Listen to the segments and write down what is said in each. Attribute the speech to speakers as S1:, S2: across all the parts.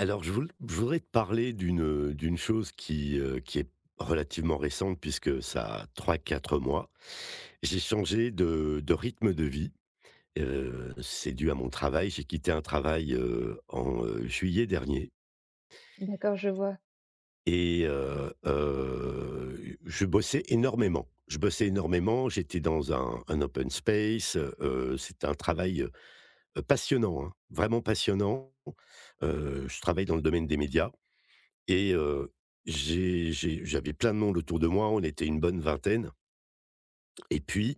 S1: Alors je voudrais te parler d'une chose qui est relativement récente puisque ça a 3-4 mois. J'ai changé de rythme de vie, c'est dû à mon travail. J'ai quitté un travail, en juillet dernier
S2: D'accord, je vois.
S1: et je bossais énormément. Je bossais énormément, j'étais dans un open space, un travail, passionnant, hein, vraiment passionnant. Je travaille dans le domaine des médias. Et j'avais plein de monde autour de moi, on était une bonne vingtaine et puis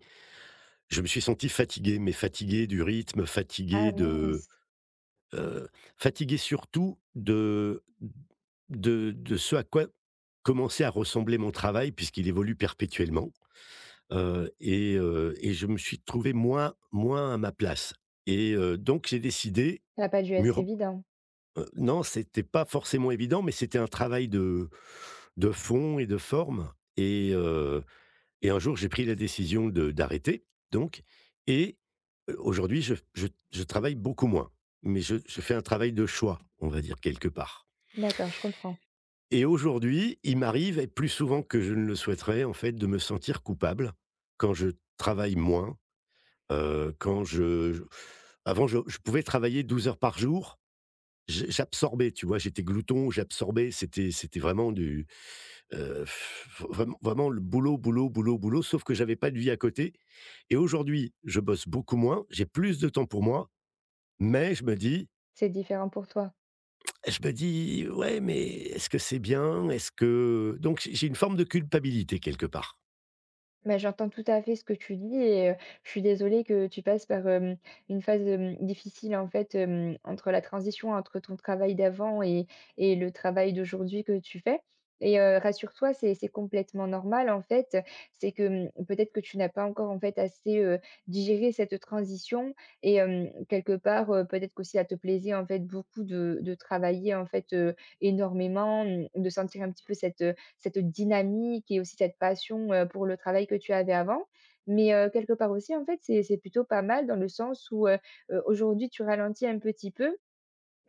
S1: je me suis senti fatigué, mais fatigué du rythme,
S2: Ah mince,
S1: heu, fatigué surtout de ce à quoi commençait à ressembler mon travail puisqu'il évolue perpétuellement. Et je me suis trouvé moins à ma place donc j'ai décidé
S2: ça n'a pas dû être
S1: mûrement.
S2: évident.
S1: Non, c'était pas forcément évident, mais c'était un travail de fond et de forme et un jour, j'ai pris la décision de d'arrêter donc et aujourd'hui, je f je travaille beaucoup moins, mais je fais un travail de choix, on va dire, quelque part.
S2: D'accord, je comprends.
S1: Et aujourd'hui, il m'arrive et plus souvent que je ne le souhaiterais, en fait, de me sentir coupable quand je travaille moins, quand je avant, je pouvais travailler 12 heures par jour. J'absorbais, tu vois? J'étais glouton, j'absorbais, c'était vraiment du, heu, vraiment vraiment le boulot, boulot, boulot, boulot, sauf que j'avais pas de vie à côté. Et aujourd'hui, je bosse beaucoup moins, j'ai plus de temps pour moi, mais je me dis
S2: C'est différent pour toi.
S1: je me dis: «Ouais, mais est-ce que c'est bien? Est-ce que» donc j'ai une forme de culpabilité quelque part.
S2: Bah, j'entends tout à fait ce que tu dis et je suis désolée que tu passes par, une phase, difficile en fait, entre la transition entre ton travail d'avant et le travail d'aujourd'hui que tu fais et rassure-toi, c'est complètement normal en fait. C'est que, mmh, peut-être que tu n'as pas encore en fait assez, digéré cette transition et quelque part, peut-être qu'aussi ça te plaisait en fait beaucoup de travailler en fait, énormément, mmh, de sentir un petit peu cette, cette dynamique et aussi cette passion, pour le travail que tu avais avant. Mais, quelque part aussi, en fait, c'est plutôt pas mal dans le sens où, aujourd'hui, tu ralentis un petit peu,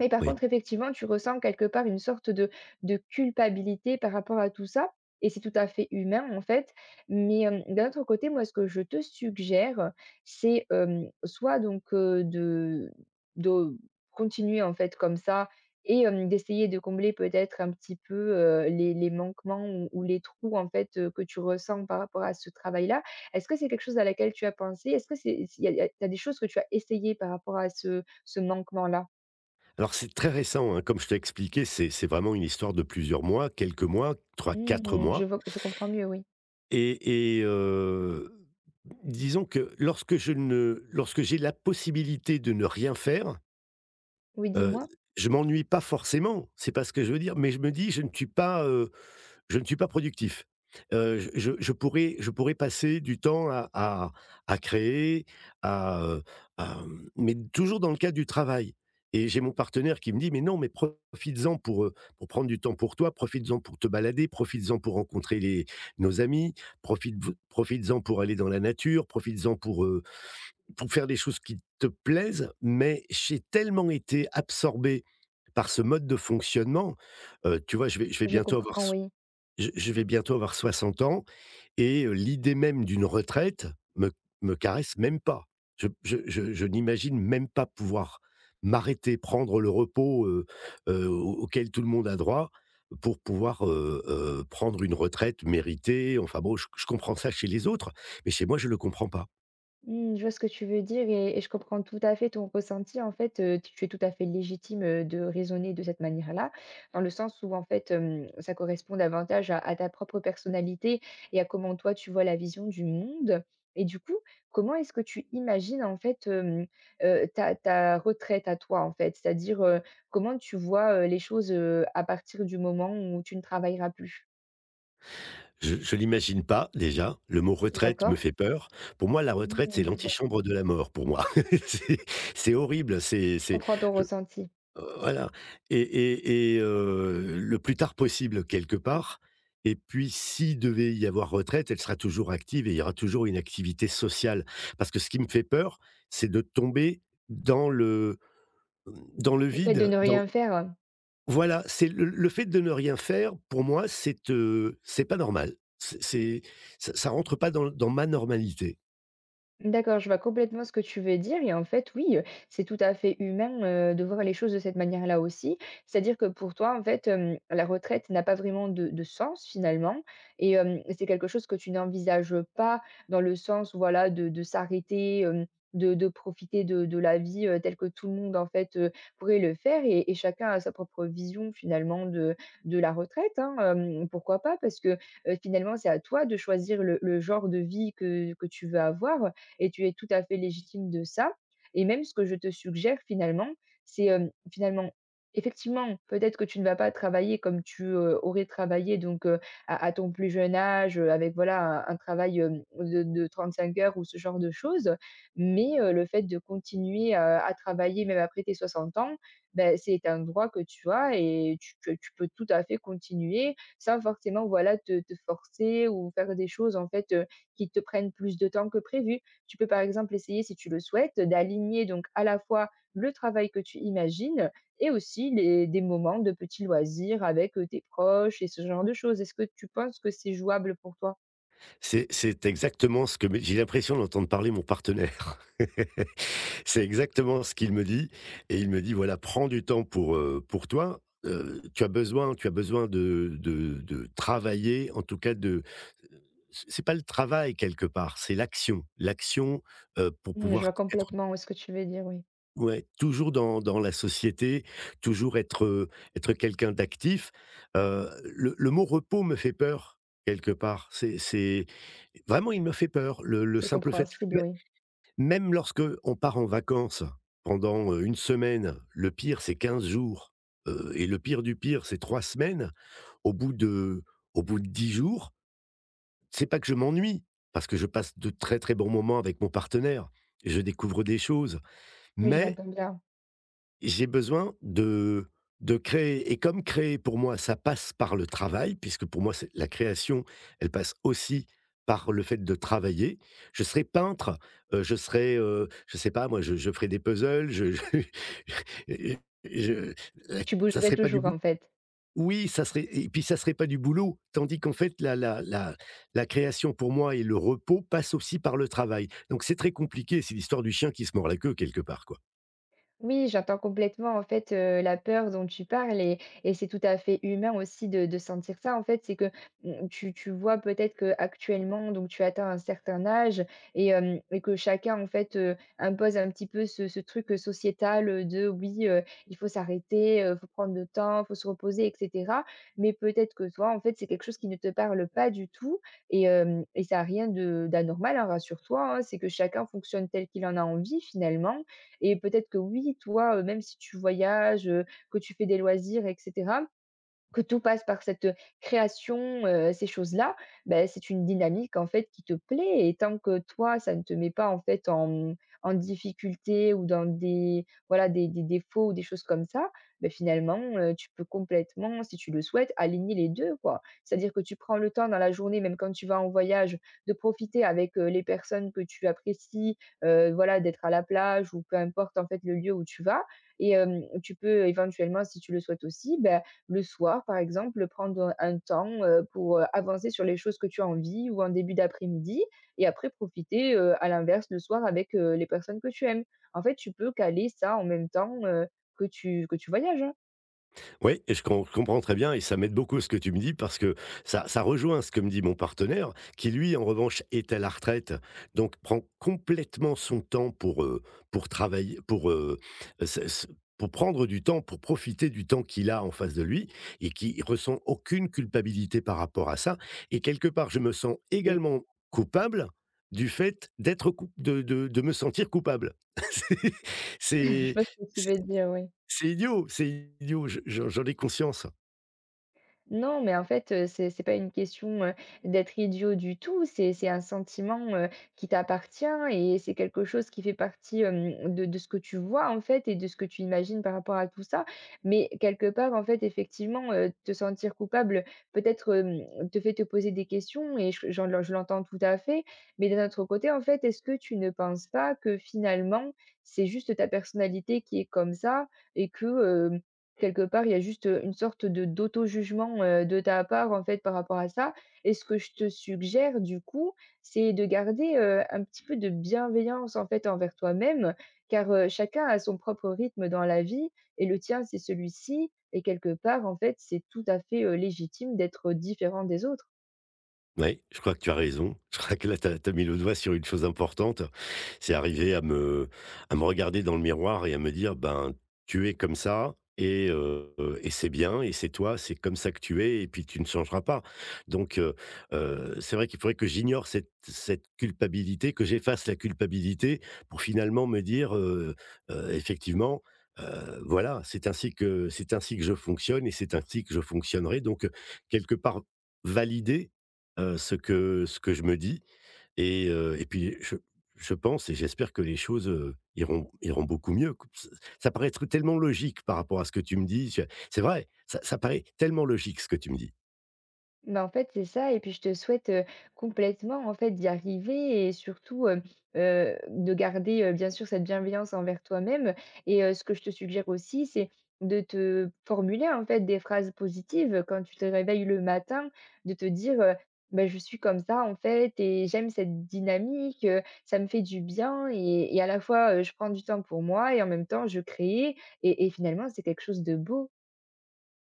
S2: mais par
S1: Oui.
S2: contre, effectivement, tu ressens quelque part une sorte de culpabilité par rapport à tout ça et c'est tout à fait humain, en fait. Mais, d'un autre côté, moi, ce que je te suggère, c'est, soit donc, de continuer, en fait, comme ça et d'essayer de combler peut-être un petit peu, les manquements ou les trous, en fait, que tu ressens par rapport à ce travail-là. Est-ce que c'est quelque chose à laquelle tu as pensé? Est-ce que c'est y a y a tu as des choses que tu as essayées par rapport à ce manquement-là?
S1: Alors c'est très récent, hein, comme je t'ai expliqué, c'est vraiment une histoire de plusieurs mois, quelques mois, trois, quatre
S2: Mmh, je
S1: mois.
S2: vois, je comprends mieux, oui.
S1: Et et heu, Disons que lorsque je ne lorsque j'ai la possibilité de ne rien faire,
S2: Oui,
S1: heu,
S2: dis-moi?
S1: je m'ennuie pas forcément, c'est pas ce que je veux dire, mais je me dis: «Je ne suis pas, je ne suis pas productif. Je pourrais passer du temps à créer, à, heu, mais toujours dans le cadre du travail. Et j'ai mon partenaire qui me dit: «Mais non, mais profites-en pour prendre du temps pour toi, profites-en pour te balader, profites-en pour rencontrer les nos amis, profites-en pour aller dans la nature, profites-en pour faire des choses qui te plaisent». Mais j'ai tellement été absorbé par ce mode de fonctionnement, tu vois, je vais je vais
S2: Je
S1: bientôt avoir
S2: comprends, oui.
S1: je je vais bientôt avoir 60 ans. L'idée même d'une retraite me me caresse même pas. Je n'imagine même pas pouvoir m'arrêter, prendre le repos, au auquel tout le monde a droit pour pouvoir, prendre une retraite méritée. Enfin bon, je comprends ça chez les autres, mais chez moi, je ne le comprends pas.
S2: Mmh, je vois ce que tu veux dire et je comprends tout à fait ton ressenti. En fait, tu es tout à fait légitime, de raisonner de cette manière-là, dans le sens où, en fait, ça correspond davantage à ta propre personnalité et à comment toi tu vois la vision du monde et du coup, comment est-ce que tu imagines, en fait, ta retraite à toi, en fait? C'est-à-dire, comment tu vois, les choses, à partir du moment où tu ne travailleras plus?
S1: Je l'imagine pas déjà, le mot retraite me
S2: D'accord?
S1: fait peur. Pour moi, la retraite, c'est
S2: Mmh, je vois.
S1: l'antichambre de la mort pour moi. C'est c'est horrible.
S2: Je
S1: C'est
S2: comprends ton
S1: je
S2: ressenti.
S1: Voilà. Le plus tard possible quelque part. Et puis s'il devait y avoir retraite, elle sera toujours active et il y aura toujours une activité sociale. Parce que ce qui me fait peur, c'est de tomber dans le dans le
S2: Le fait de
S1: vide,
S2: ne
S1: dans
S2: rien faire,
S1: voilà, c'est le fait de ne rien faire, pour moi, c'est pas normal. C'est ça ça rentre pas dans ma normalité.
S2: d'accord, je vois complètement ce que tu veux dire et en fait, oui, c'est tout à fait humain, de voir les choses de cette manière-là aussi. C'est-à-dire que pour toi, en fait, la retraite n'a pas vraiment de sens finalement et c'est quelque chose que tu n'envisages pas dans le sens, voilà, de s'arrêter, de profiter de la vie, telle que tout le monde en fait, pourrait le faire et chacun a sa propre vision finalement de la retraite, hein, pourquoi pas? Parce que, finalement, c'est à toi de choisir le genre de vie que tu veux avoir et tu es tout à fait légitime de ça. Et même ce que je te suggère finalement, c'est, finalement, effectivement, peut-être que tu ne vas pas travailler comme tu, aurais travaillé donc, à ton plus jeune âge, avec voilà un travail, de 5 heures ou ce genre de choses. Mais, le fait de continuer, à travailler même après tes 60 ans, ben c'est un droit que tu as et tu que tu peux tout à fait continuer sans forcément voilà te te forcer ou faire des choses en fait, qui te prennent plus de temps que prévu. Tu peux par exemple essayer, si tu le souhaites, d'aligner donc à la fois le travail que tu imagines et aussi des moments de petits loisirs avec tes proches et ce genre de choses. Est-ce que tu penses que c'est jouable pour toi?
S1: C'est exactement ce que j'ai l'impression d'entendre parler mon partenaire. C'est exactement ce qu'il me dit et il me dit: «Voilà, prends du temps pour toi, tu as besoin de travailler, en tout cas de» c'est pas le travail quelque part, c'est l'action. L'action, pour
S2: Mm, je
S1: pouvoir
S2: vois
S1: t être.
S2: complètement ce que tu veux dire, oui.
S1: Ouais, toujours dans la société, toujours être, être quelqu'un d'actif. Le mot repos me fait peur quelque part. C'est vraiment il me fait peur, le
S2: C'est
S1: simple fait
S2: compréhensible, oui.
S1: même lorsque on part en vacances pendant, 1 semaine. Le pire c'est 15 jours, et le pire du pire c'est 3 semaines. Au bout de au bout de 10 jours, c'est pas que je m'ennuie, parce que je passe de très, très bons moments avec mon partenaire, je découvre des choses,
S2: Oui, je
S1: mais
S2: l'entends bien.
S1: j'ai besoin de créer et comme créer pour moi, ça passe par le travail, puisque pour moi c'est la création, elle passe aussi par le fait de travailler. Je serais peintre, je serais, je sais pas moi, je ferais des puzzles, je et je la
S2: Tu
S1: ça
S2: bougerais
S1: serait pas du
S2: toujours
S1: bou
S2: en fait.
S1: oui, ça serait et puis ça serait pas du boulot, tandis qu'en fait la création pour moi et le repos passent aussi par le travail. Donc c'est très compliqué, c'est l'histoire du chien qui se mord la queue quelque part, quoi.
S2: Oui, j'entends complètement en fait, la peur dont tu parles et c'est tout à fait humain aussi de sentir ça en fait. C'est que, mmh, tu vois peut-être que actuellement, donc tu atteins un certain âge et hem et que chacun en fait, impose un petit peu ce truc, sociétal, de oui, il faut s'arrêter, faut prendre le temps, faut se reposer et cetera. Mais peut-être que toi en fait, c'est quelque chose qui ne te parle pas du tout et hem et ça a rien de d'anormal, hein, rassure-toi, hein. C'est que chacun fonctionne tel qu'il en a envie finalement et peut-être que oui, toi, même si tu voyages, que tu fais des loisirs etc. Que tout passe par cette, création, ces choses-là, ben c'est une dynamique en fait qui te plaît et tant que toi, ça ne te met pas en fait en, mmh, en difficulté ou dans des voilà des défauts ou des choses comme ça, ben finalement, tu peux complètement, si tu le souhaites, aligner les 2 quoi. C'est-à-dire que tu prends le temps dans la journée, même quand tu vas en voyage, de profiter avec, les personnes que tu apprécies, voilà d'être à la plage ou peu importe en fait le lieu où tu vas et tu peux éventuellement, si tu le souhaites aussi, ben le soir, par exemple, prendre un temps, pour, avancer sur les choses que tu as envie ou en début d'après-midi et après profiter, à l'inverse le soir avec, les personnes que tu aimes. En fait, tu peux caler ça en même temps, que tu voyages, hein.
S1: Oui, et je comprends très bien et ça m'aide beaucoup ce que tu me dis parce que ça rejoint ce que me dit mon partenaire qui lui, en revanche, est à la retraite, donc prend complètement son temps pour travailler pour, se se pour prendre du temps, pour profiter du temps qu'il a en face de lui et qui ressent aucune culpabilité par rapport à ça. Et quelque part, je me sens
S2: Et
S1: également coupable du fait d'être coup de me sentir coupable.
S2: je
S1: c'est
S2: vois ce que tu
S1: c'est
S2: veux dire, oui.
S1: c'est idiot, c'est idiot, je j'en ai conscience.
S2: Non, mais en fait, c'est pas une question, d'être idiot du tout, c'est un sentiment, qui t'appartient et c'est quelque chose qui fait partie, de ce que tu vois, en fait et de ce que tu imagines par rapport à tout ça. Mais quelque part, en fait, effectivement, te sentir coupable, peut-être, te fait te poser des questions et je l'entends tout à fait. Mais d'un autre côté, en fait, est-ce que tu ne penses pas que finalement, c'est juste ta personnalité qui est comme ça et que, quelque part, il y a juste, une sorte de d'auto-jugement, de ta part, en fait, par rapport à ça et ce que je te suggère, du coup, c'est de garder, un petit peu de bienveillance, en fait, envers toi-même car, chacun a son propre rythme dans la vie et le tien, c'est celui-ci et quelque part, en fait, c'est tout à fait, légitime d'être différent des autres.
S1: Ouais, je crois que tu as raison. Je crois que là, tu as mis le doigt sur une chose importante. C'est arriver à me regarder dans le miroir et à me dire: «Ben, tu es comme ça et c'est bien et c'est toi, c'est comme ça que tu es et puis tu ne changeras pas». Donc c'est vrai qu'il faudrait que j'ignore cette culpabilité, que j'efface la culpabilité pour finalement me dire, effectivement, voilà, c'est ainsi que je fonctionne et c'est ainsi que je fonctionnerai. Donc quelque part, valider. Ce que je me dis et puis je pense et j'espère que les choses, iront beaucoup mieux. Q ç Ça paraît être tellement logique par rapport à ce que tu me dis, je c'est vrai, ça paraît tellement logique ce que tu me dis.
S2: Bah, en fait, c'est ça et puis je te souhaite, complètement, en fait, d'y arriver et surtout, de garder, bien sûr cette bienveillance envers toi-même et ce que je te suggère aussi, c'est de te formuler, en fait, des phrases positives quand tu te réveilles le matin, de te dire, «Bah, je suis comme ça, en fait et j'aime cette dynamique, ça me fait du bien et à la fois, je prends du temps pour moi et en même temps je crée» et finalement, c'est quelque chose de beau.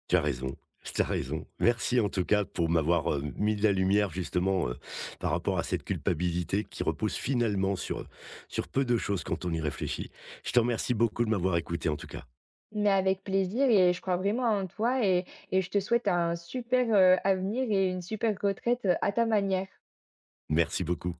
S1: Tu as raison, tu as raison. Merci en tout cas pour m'avoir, mis de la lumière justement, par rapport à cette culpabilité qui repose finalement sur peu de choses quand on y réfléchit. Je te remercie beaucoup de m'avoir écouté en tout cas.
S2: Mais avec plaisir et je crois vraiment en toi et je te souhaite un super, avenir et une super retraite, à ta manière.
S1: Merci beaucoup.